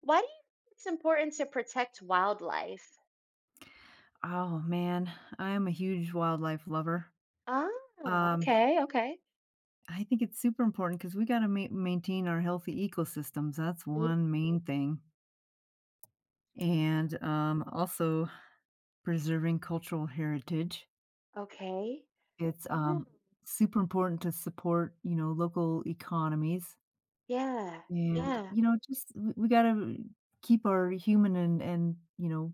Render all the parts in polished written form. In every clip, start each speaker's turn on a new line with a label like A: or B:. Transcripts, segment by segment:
A: Why do you think it's important to protect wildlife?
B: Oh, man, I'm a huge wildlife lover.
A: Ah,
B: Um,
A: okay, okay.
B: I think it's super important because we gotta ma maintain our healthy ecosystems, that's
A: Mhm.
B: one main thing, and, also preserving cultural heritage.
A: Okay.
B: It's,
A: Oh,
B: super important to support, you know, local economies,
A: yeah,
B: and,
A: yeah,
B: you know, just we gotta keep our human and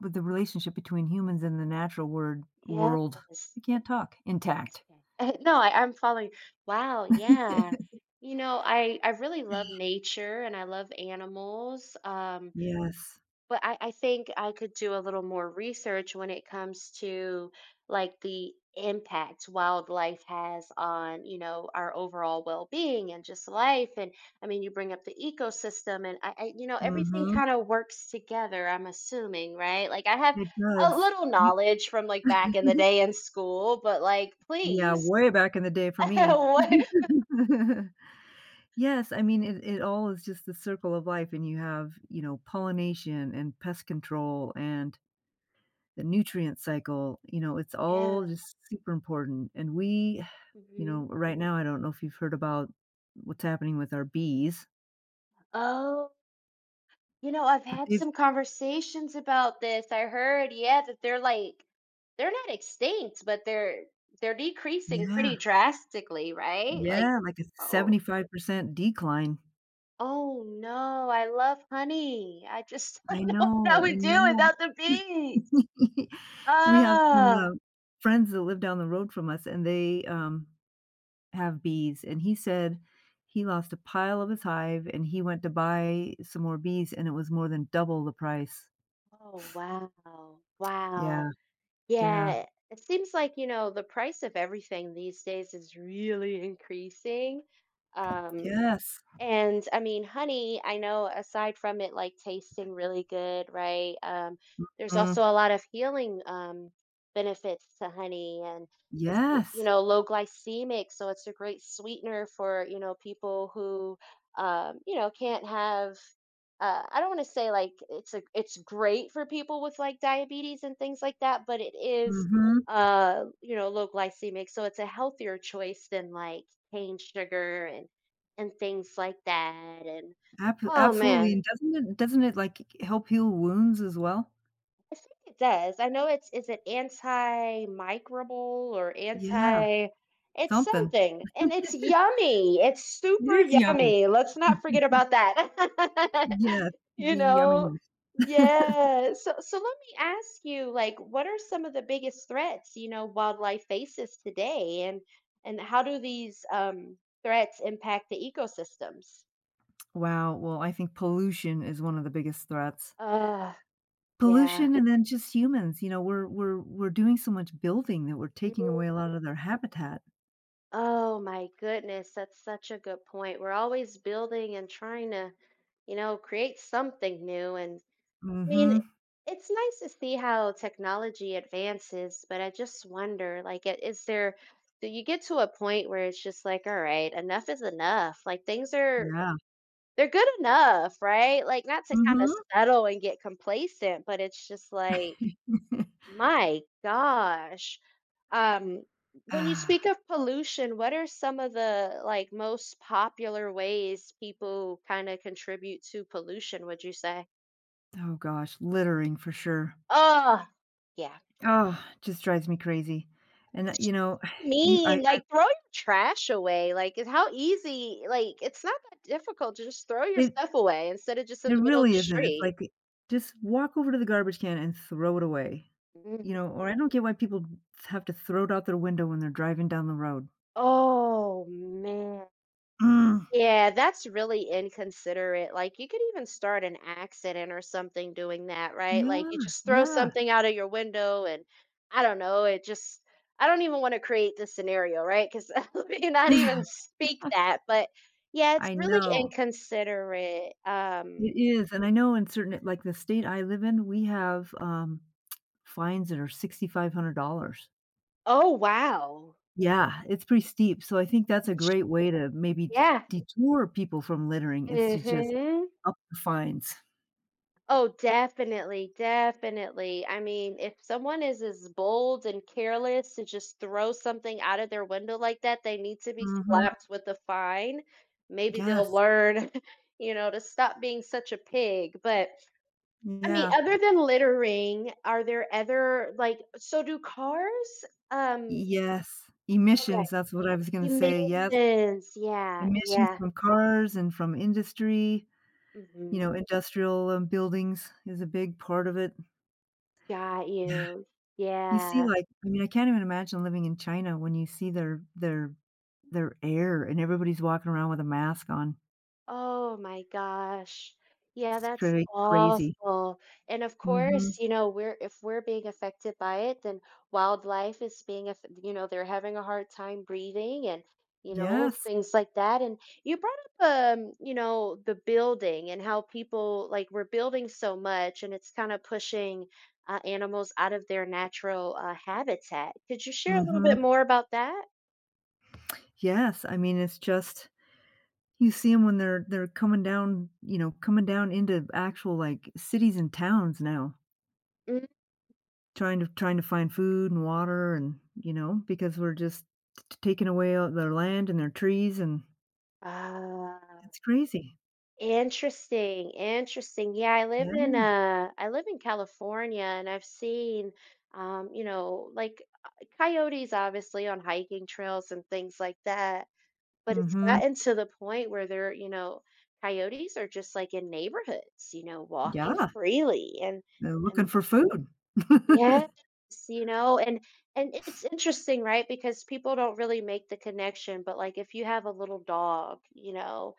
B: with the relationship between humans and the natural word
A: yes.
B: world,
A: It's
B: I can't talk, intact.
A: okay. No, I'm following. Wow, yeah. You know, I really love nature and I love animals.
B: Yes.
A: But I think I could do a little more research when it comes to like the impact wildlife has on, you know, our overall well-being and just life. And I mean, you bring up the ecosystem and I you know, everything
B: Mhm,
A: kind of works together, I'm assuming, right? Like I have
B: it
A: a
B: does.
A: little
B: You
A: knowledge from like back in the day in school, but like
B: Yeah,
A: please,
B: way back in the day for me.
A: what?
B: Yes, I mean, it all is just the circle of life, and you have, you know, pollination and pest control and the nutrient cycle, you know, it's all
A: Yeah.
B: just super important, and we you know,
A: hmm
B: right now, I don't know if you've heard about what's happening with our bees,
A: Oh. You know, I've
B: but
A: had
B: they've
A: some conversations about this. I heard, yeah, that they're like they're not extinct, but they're decreasing pretty
B: Yeah,
A: drastically, right? Like,
B: yeah, like a
A: oh,
B: 75% decline.
A: oh no, I love honey. I just
B: I
A: don't know what I
B: know, I
A: would do
B: know.
A: without the bees.
B: We have some,
A: Ah,
B: friends that live down the road from us, and they, have bees, and he said he lost a pile of his hive, and he went to buy some more bees, and it was more than double the price.
A: oh wow, wow.
B: Yeah, yeah.
A: Yeah, it seems like, you know, the price of everything these days is really increasing. Um,
B: Yes.
A: And I mean, honey, I know aside from it like tasting really good, right? There's
B: Mm.
A: also a lot of healing benefits to honey, and it's you
B: Yes.
A: know low glycemic, so it's a great sweetener for you know people who you know can't have I don't want to say like it's great for people with like diabetes and things like that, but it is
B: Mhm.
A: you know low glycemic, so it's a healthier choice than like cane sugar and things like that. And
B: Ab
A: oh
B: Absolutely,
A: man,
B: and doesn't it, like, help heal wounds as well?
A: I think it does. I know it's is it antimicrobial or
B: Yeah,
A: anti it's
B: something.
A: something and it's yummy. It's
B: It
A: super
B: is yummy.
A: yummy. Let's not forget about that.
B: Yes,
A: You
B: the
A: know?
B: yumminess.
A: Yeah. So let me ask you, like, what are some of the biggest threats, you know, wildlife faces today and how do these threats impact the ecosystems?
B: Wow, well, I think pollution is one of the biggest threats.
A: Uh, yeah.
B: Pollution and then just humans, you know, we're doing so much building that we're taking away a lot of their habitat.
A: Oh my goodness, that's such a good point. We're always building and trying to, you know, create something new. And I mean,
B: Mhm.
A: it's nice to see how technology advances, but I just wonder, like, is there, do you get to a point where it's just like, all right, enough is enough? Like, things are,
B: Yeah.
A: they're good enough, right? Like, not to kind of
B: Mhm.
A: settle and get complacent, but it's just like, my gosh. Um, when you
B: Ah,
A: speak of pollution, what are some of the like most popular ways people kind of contribute to pollution, would you say?
B: oh gosh, littering for sure.
A: Oh, yeah.
B: Oh, just drives me crazy. And, you know, you I
A: Mean, like throw your trash away. Like, it's how easy, like, it's not that difficult to just throw your
B: it
A: stuff away instead of just in
B: it
A: the middle of the
B: really isn't. It's
A: street.
B: like, just walk over to the garbage can and throw it away. You
A: Mhm.
B: know, or I don't get why people have to throw it out their window when they're driving down the road.
A: Oh, man.
B: Mm.
A: Yeah, that's really inconsiderate. Like, you could even start an accident or something doing that, right? Like,
B: Yeah,
A: you just throw
B: yeah.
A: something out of your window, and I don't know, it just, I don't even want to create this scenario, right? Because let me not even speak that. But yeah, it's
B: I
A: really
B: know.
A: inconsiderate.
B: It is, and I know in certain like, the state I live in, we have, fines that are $6,500.
A: Oh, wow.
B: Yeah, it's pretty steep, so I think that's a great way to maybe d
A: Yeah.
B: detour people from littering is to just
A: hmm
B: up the fines.
A: Oh, definitely, definitely. I mean, if someone is as bold and careless to just throw something out of their window like that, they need to be
B: Mhm.
A: slapped with a fine. Maybe they'll
B: Yes.
A: learn, you know, to stop being such a pig. But I mean,
B: Yeah.
A: other than littering, are there other like so do cars? Um,
B: Yes.
A: okay.
B: Emissions, that's what I was gonna say, yes.
A: Emissions. Yeah,
B: Emissions
A: yeah.
B: from cars and from industry, you
A: hmm
B: know, industrial, buildings is a big part of it.
A: Got you.
B: You see,
A: Yeah.
B: like, I mean, I can't even imagine living in China when you see their their air and everybody's walking around with a mask on.
A: Oh my gosh. Yeah,
B: It's
A: that's
B: crazy.
A: awful. And of
B: Mhm.
A: course, you know, we're if we're being affected by it, then wildlife is being, you know, they're having a hard time breathing and, you know,
B: Yes.
A: things like that. And you brought up, you know, the building and how people like we're building so much and it's kind of pushing animals out of their natural habitat. Could you share a little
B: Mhm.
A: bit more about that?
B: Yes, I mean, it's just you see them when they're coming down, you know, coming down into actual, like, cities and towns now,
A: Mm.
B: trying to find food and water and, you know, because we're just t taking away all their land and their trees, and
A: Ah.
B: it's crazy.
A: Interesting, interesting. Yeah,
B: Yeah.
A: I live in California and I've seen you know, like coyotes obviously on hiking trails and things like that. But it's
B: Mhm.
A: gotten to the point where they're, you know, coyotes are just like in neighborhoods, you know, walking
B: Yeah.
A: freely and
B: They're looking
A: and
B: for food.
A: yes, you know, and it's interesting, right? Because people don't really make the connection, but like if you have a little dog, you know,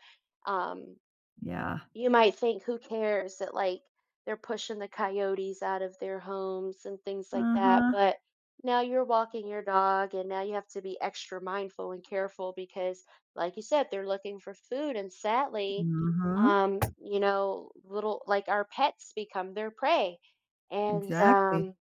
A: um
B: Yeah.
A: you might think, "Who cares that, like, they're pushing the coyotes out of their homes and things like that,"
B: Uh-huh.
A: but now you're walking your dog, and now you have to be extra mindful and careful because, like you said, they're looking for food, and sadly,
B: Mhm.
A: you know, little like, our pets become their prey, and,
B: Exactly.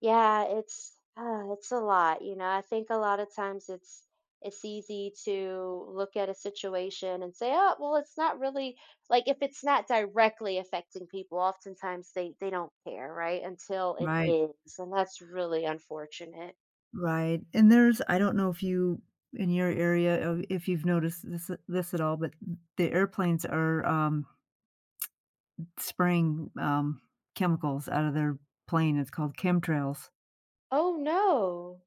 A: yeah, it's a lot, you know. I think a lot of times it's easy to look at a situation and say, "Oh, well, it's not really like if it's not directly affecting people, oftentimes they don't care," right? Until it
B: Right.
A: is, and that's really unfortunate.
B: Right. And there's I don't know if you in your area, if you've noticed this at all, but the airplanes are, spraying, chemicals out of their plane. It's called chemtrails,
A: Oh no.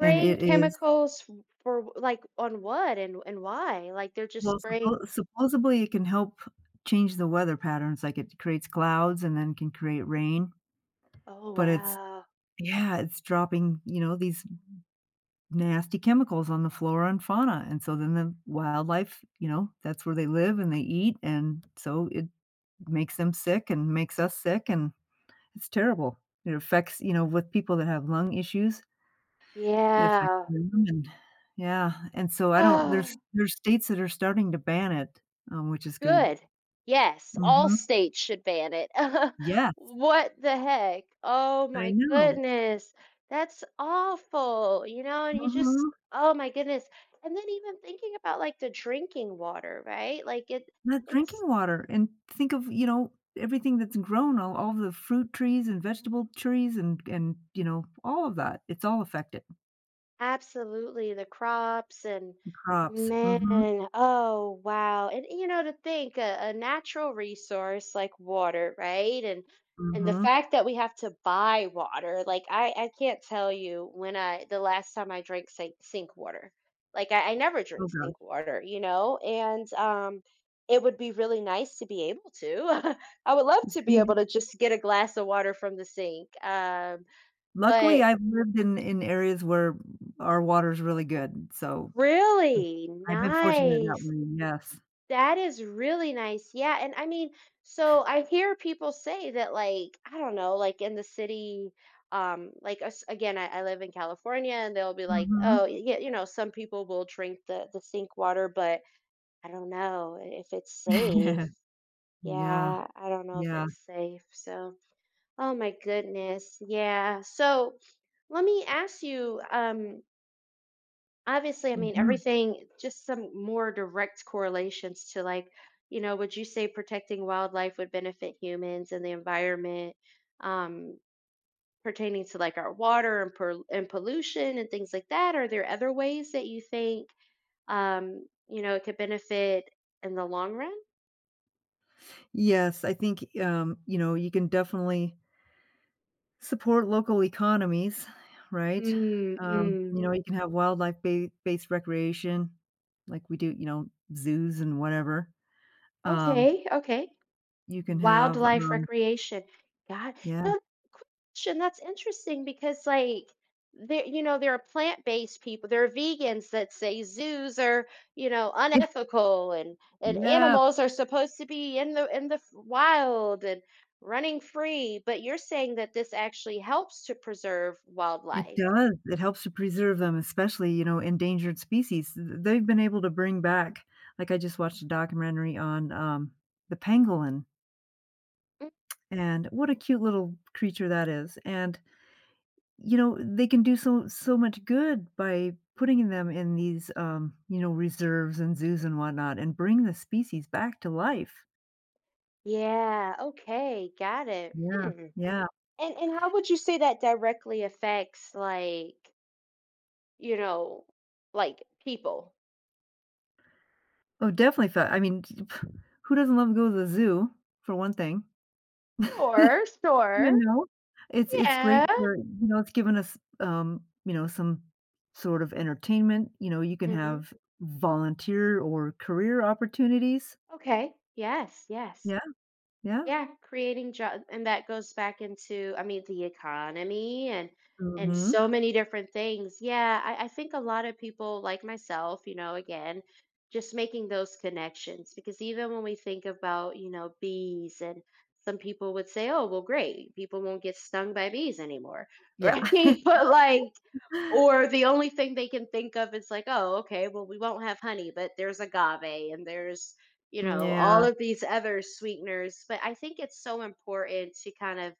B: and it is
A: chemicals for like on what and why? Like they're just
B: well,
A: spraying.
B: supposedly it can help change the weather patterns, like, it creates clouds and then can create rain,
A: Oh
B: but it's
A: wow.
B: yeah, it's dropping, you know, these nasty chemicals on the flora and fauna, and so then the wildlife, you know, that's where they live and they eat, and so it makes them sick and makes us sick, and it's terrible. It affects, you know, with people that have lung issues, it affects
A: Yeah.
B: them and yeah, and so I don't there's there's states that are starting to ban it, which is good.
A: Good. Yes, all
B: Mhm.
A: states should ban it.
B: Yes,
A: What the heck? Oh
B: I
A: my
B: know.
A: goodness. That's awful, you know, and you just
B: Mhm.
A: oh my goodness. And then even thinking about, like, the drinking water, right? Like, it
B: Not drinking
A: it's
B: water, and think of, you know, everything that's grown, all the fruit trees and vegetable trees and you know, all of that, it's all affected.
A: absolutely, the crops and
B: Crops. Mhm,
A: man, oh wow. And you know, to think a natural resource like water, right? And the
B: mhm.
A: fact that we have to buy water, like I can't tell you when I the last time I drank sink water. Like I never
B: Oh
A: drink
B: gosh.
A: sink water, you know, and it would be really nice to be able to. I would love
B: It's
A: to be able to just get a glass of water from the sink. Um,
B: Luckily,
A: but
B: I've lived in areas where our water's really good, so
A: really?
B: I've been fortunate that
A: Nice.
B: way, yes.
A: That is really nice. Yeah, and I mean, so I hear people say that like, I don't know, like in the city, like us again, I live in California and they'll be
B: Mm.
A: like,
B: Mhm.
A: oh, yeah, you know, some people will drink the sink water, but I don't know if it's safe.
B: Yeah, yeah,
A: Yeah, I don't know if
B: yeah,
A: it's safe. So, oh my goodness. Yeah. So, let me ask you, obviously, I mean,
B: mhm.
A: everything just some more direct correlations to like, you know, would you say protecting wildlife would benefit humans and the environment, um, pertaining to like our water and, and pollution and things like that? Are there other ways that you think, you know, it could benefit in the long run?
B: Yes, I think, you know, you can definitely support local economies, right?
A: Mm, mm.
B: You know, Mhm. you can have wildlife ba based recreation, like we do, you know, zoos and whatever. Um,
A: Okay, okay.
B: you can have,
A: Wildlife recreation. God.
B: yeah.
A: Now, quick question, that's interesting because, like, there you know, there are plant-based people, there are vegans that say zoos are, you know,
B: Yeah,
A: unethical and
B: yeah,
A: animals are supposed to be in the f wild and running free, but you're saying that this actually helps to preserve
B: it
A: wildlife.
B: does. It helps to preserve them, especially, you know, endangered species. Th They've been able to bring back like, I just watched a documentary on, the pangolin,
A: Mm,
B: and what a cute little creature that is, and you know, they can do so much good by putting them in these, you know, reserves and zoos and whatnot and bring the species back to life.
A: yeah, okay, got it.
B: Yeah,
A: Hmm,
B: yeah.
A: and how would you say that directly affects, like, you know, like people.
B: Oh, definitely fe I mean, who doesn't love to go to the zoo, for one thing?
A: Sure,
B: You
A: sure.
B: know? It's great
A: Yeah.
B: for you know, it's given us, you know, some sort of entertainment, you know, you can
A: Mhm.
B: have volunteer or career opportunities.
A: Okay. Yes, yes.
B: Yeah, yeah.
A: Yeah, creating jobs, and that goes back into, I mean, the economy and
B: Mhm.
A: so many different things. Yeah, I think a lot of people like myself, you know, again, just making those connections because even when we think about, you know, bees and some people would say, oh, well, great, people won't get stung by bees anymore,
B: Yeah.
A: right? But like or the only thing they can think of is like, "Oh, okay, well, we won't have honey, but there's agave and there's, you know, all
B: Yeah.
A: of these other sweeteners." But I think it's so important to kind of,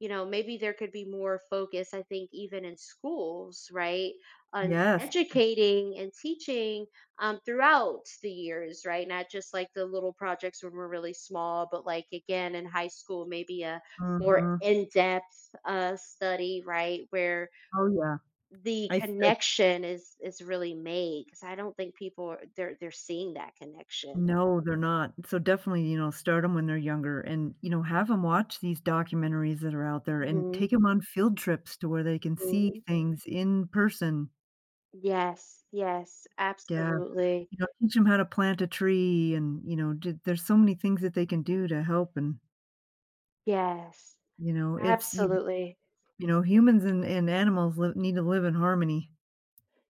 A: you know, maybe there could be more focus, I think, even in schools, right? On
B: Yes.
A: educating and teaching throughout the years, right? Not just like the little projects when we're really small, but like again in high school, maybe a more
B: Mhm.
A: in depth study, right? Where
B: Oh, yeah.
A: the
B: I th I
A: connection is really made because I don't think people are they're seeing that connection.
B: No, they're not. So definitely, you know, start them when they're younger and, you know, have them watch these documentaries that are out there and
A: Mhm,
B: take them on field trips to where they can see
A: mhm.
B: things in person.
A: Yes, yes,
B: Yeah.
A: absolutely.
B: You know, teach them how to plant a tree and, you know, d there's so many things that they can do to help and,
A: Yes,
B: you know, it's you
A: absolutely.
B: you know, humans and animals live need to live in harmony.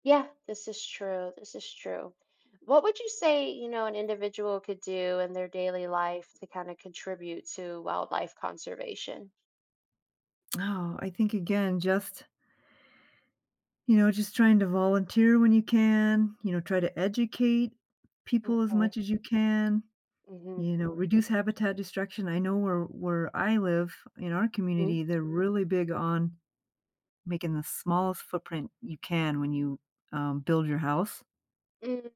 A: Yeah, this is true, this is true. What would you say, you know, an individual could do in their daily life to kinda contribute to wildlife conservation?
B: Oh, I think again, just you know, just trying to volunteer when you can, you know, try to educate people as
A: Okay.
B: much as you can,
A: Mhm,
B: you know, reduce habitat destruction. I know where I live in our
A: mhm.
B: community, they're really big on making the smallest footprint you can when you, build your house.
A: Mm.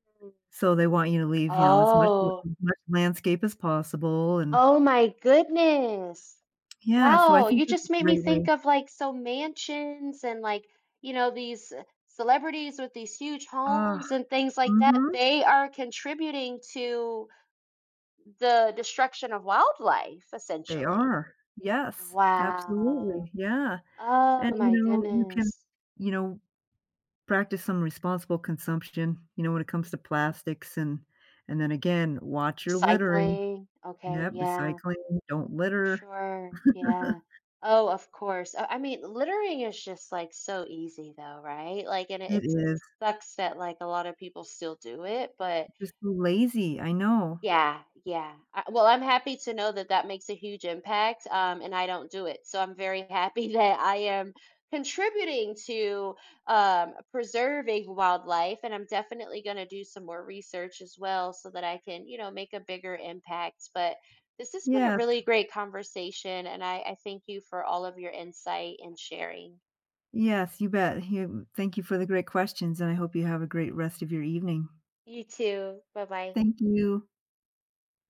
B: So they want you to leave, you know, as much
A: Oh.
B: as much landscape as possible and
A: Oh my goodness.
B: yeah, so I
A: Wow,
B: think
A: you
B: that's
A: just
B: a
A: made me
B: great way
A: think of like so mansions and like, you know, these celebrities with these huge
B: Ah,
A: homes and things like that.
B: mhm,
A: They are contributing to the destruction of wildlife,
B: they
A: essentially.
B: are. Yes,
A: Wow.
B: absolutely, yeah,
A: Oh
B: and, you
A: my
B: know, you can
A: goodness.
B: you know, practice some responsible consumption, you know, when it comes to plastics and then again, watch your littering.
A: Recycling. Okay,
B: Yep,
A: yeah,
B: recycling, don't
A: for
B: litter.
A: sure. Yeah. Oh, of course. I mean, littering is just like so easy though, right? Like, and it,
B: It
A: it's it
B: is
A: sucks that like a lot of people still do it, but
B: just so lazy, I know.
A: yeah, yeah. I, well, I'm happy to know that that makes a huge impact, and I don't do it. So I'm very happy that I am contributing to preserving wildlife, and I'm definitely going to do some more research as well so that I can, you know, make a bigger impact. But this has been a
B: Yes,
A: really great conversation, and I thank you for all of your insight and sharing.
B: yes, you bet. You thank you for the great questions, and I hope you have a great rest of your evening.
A: You too. Bye bye.
B: Thank you.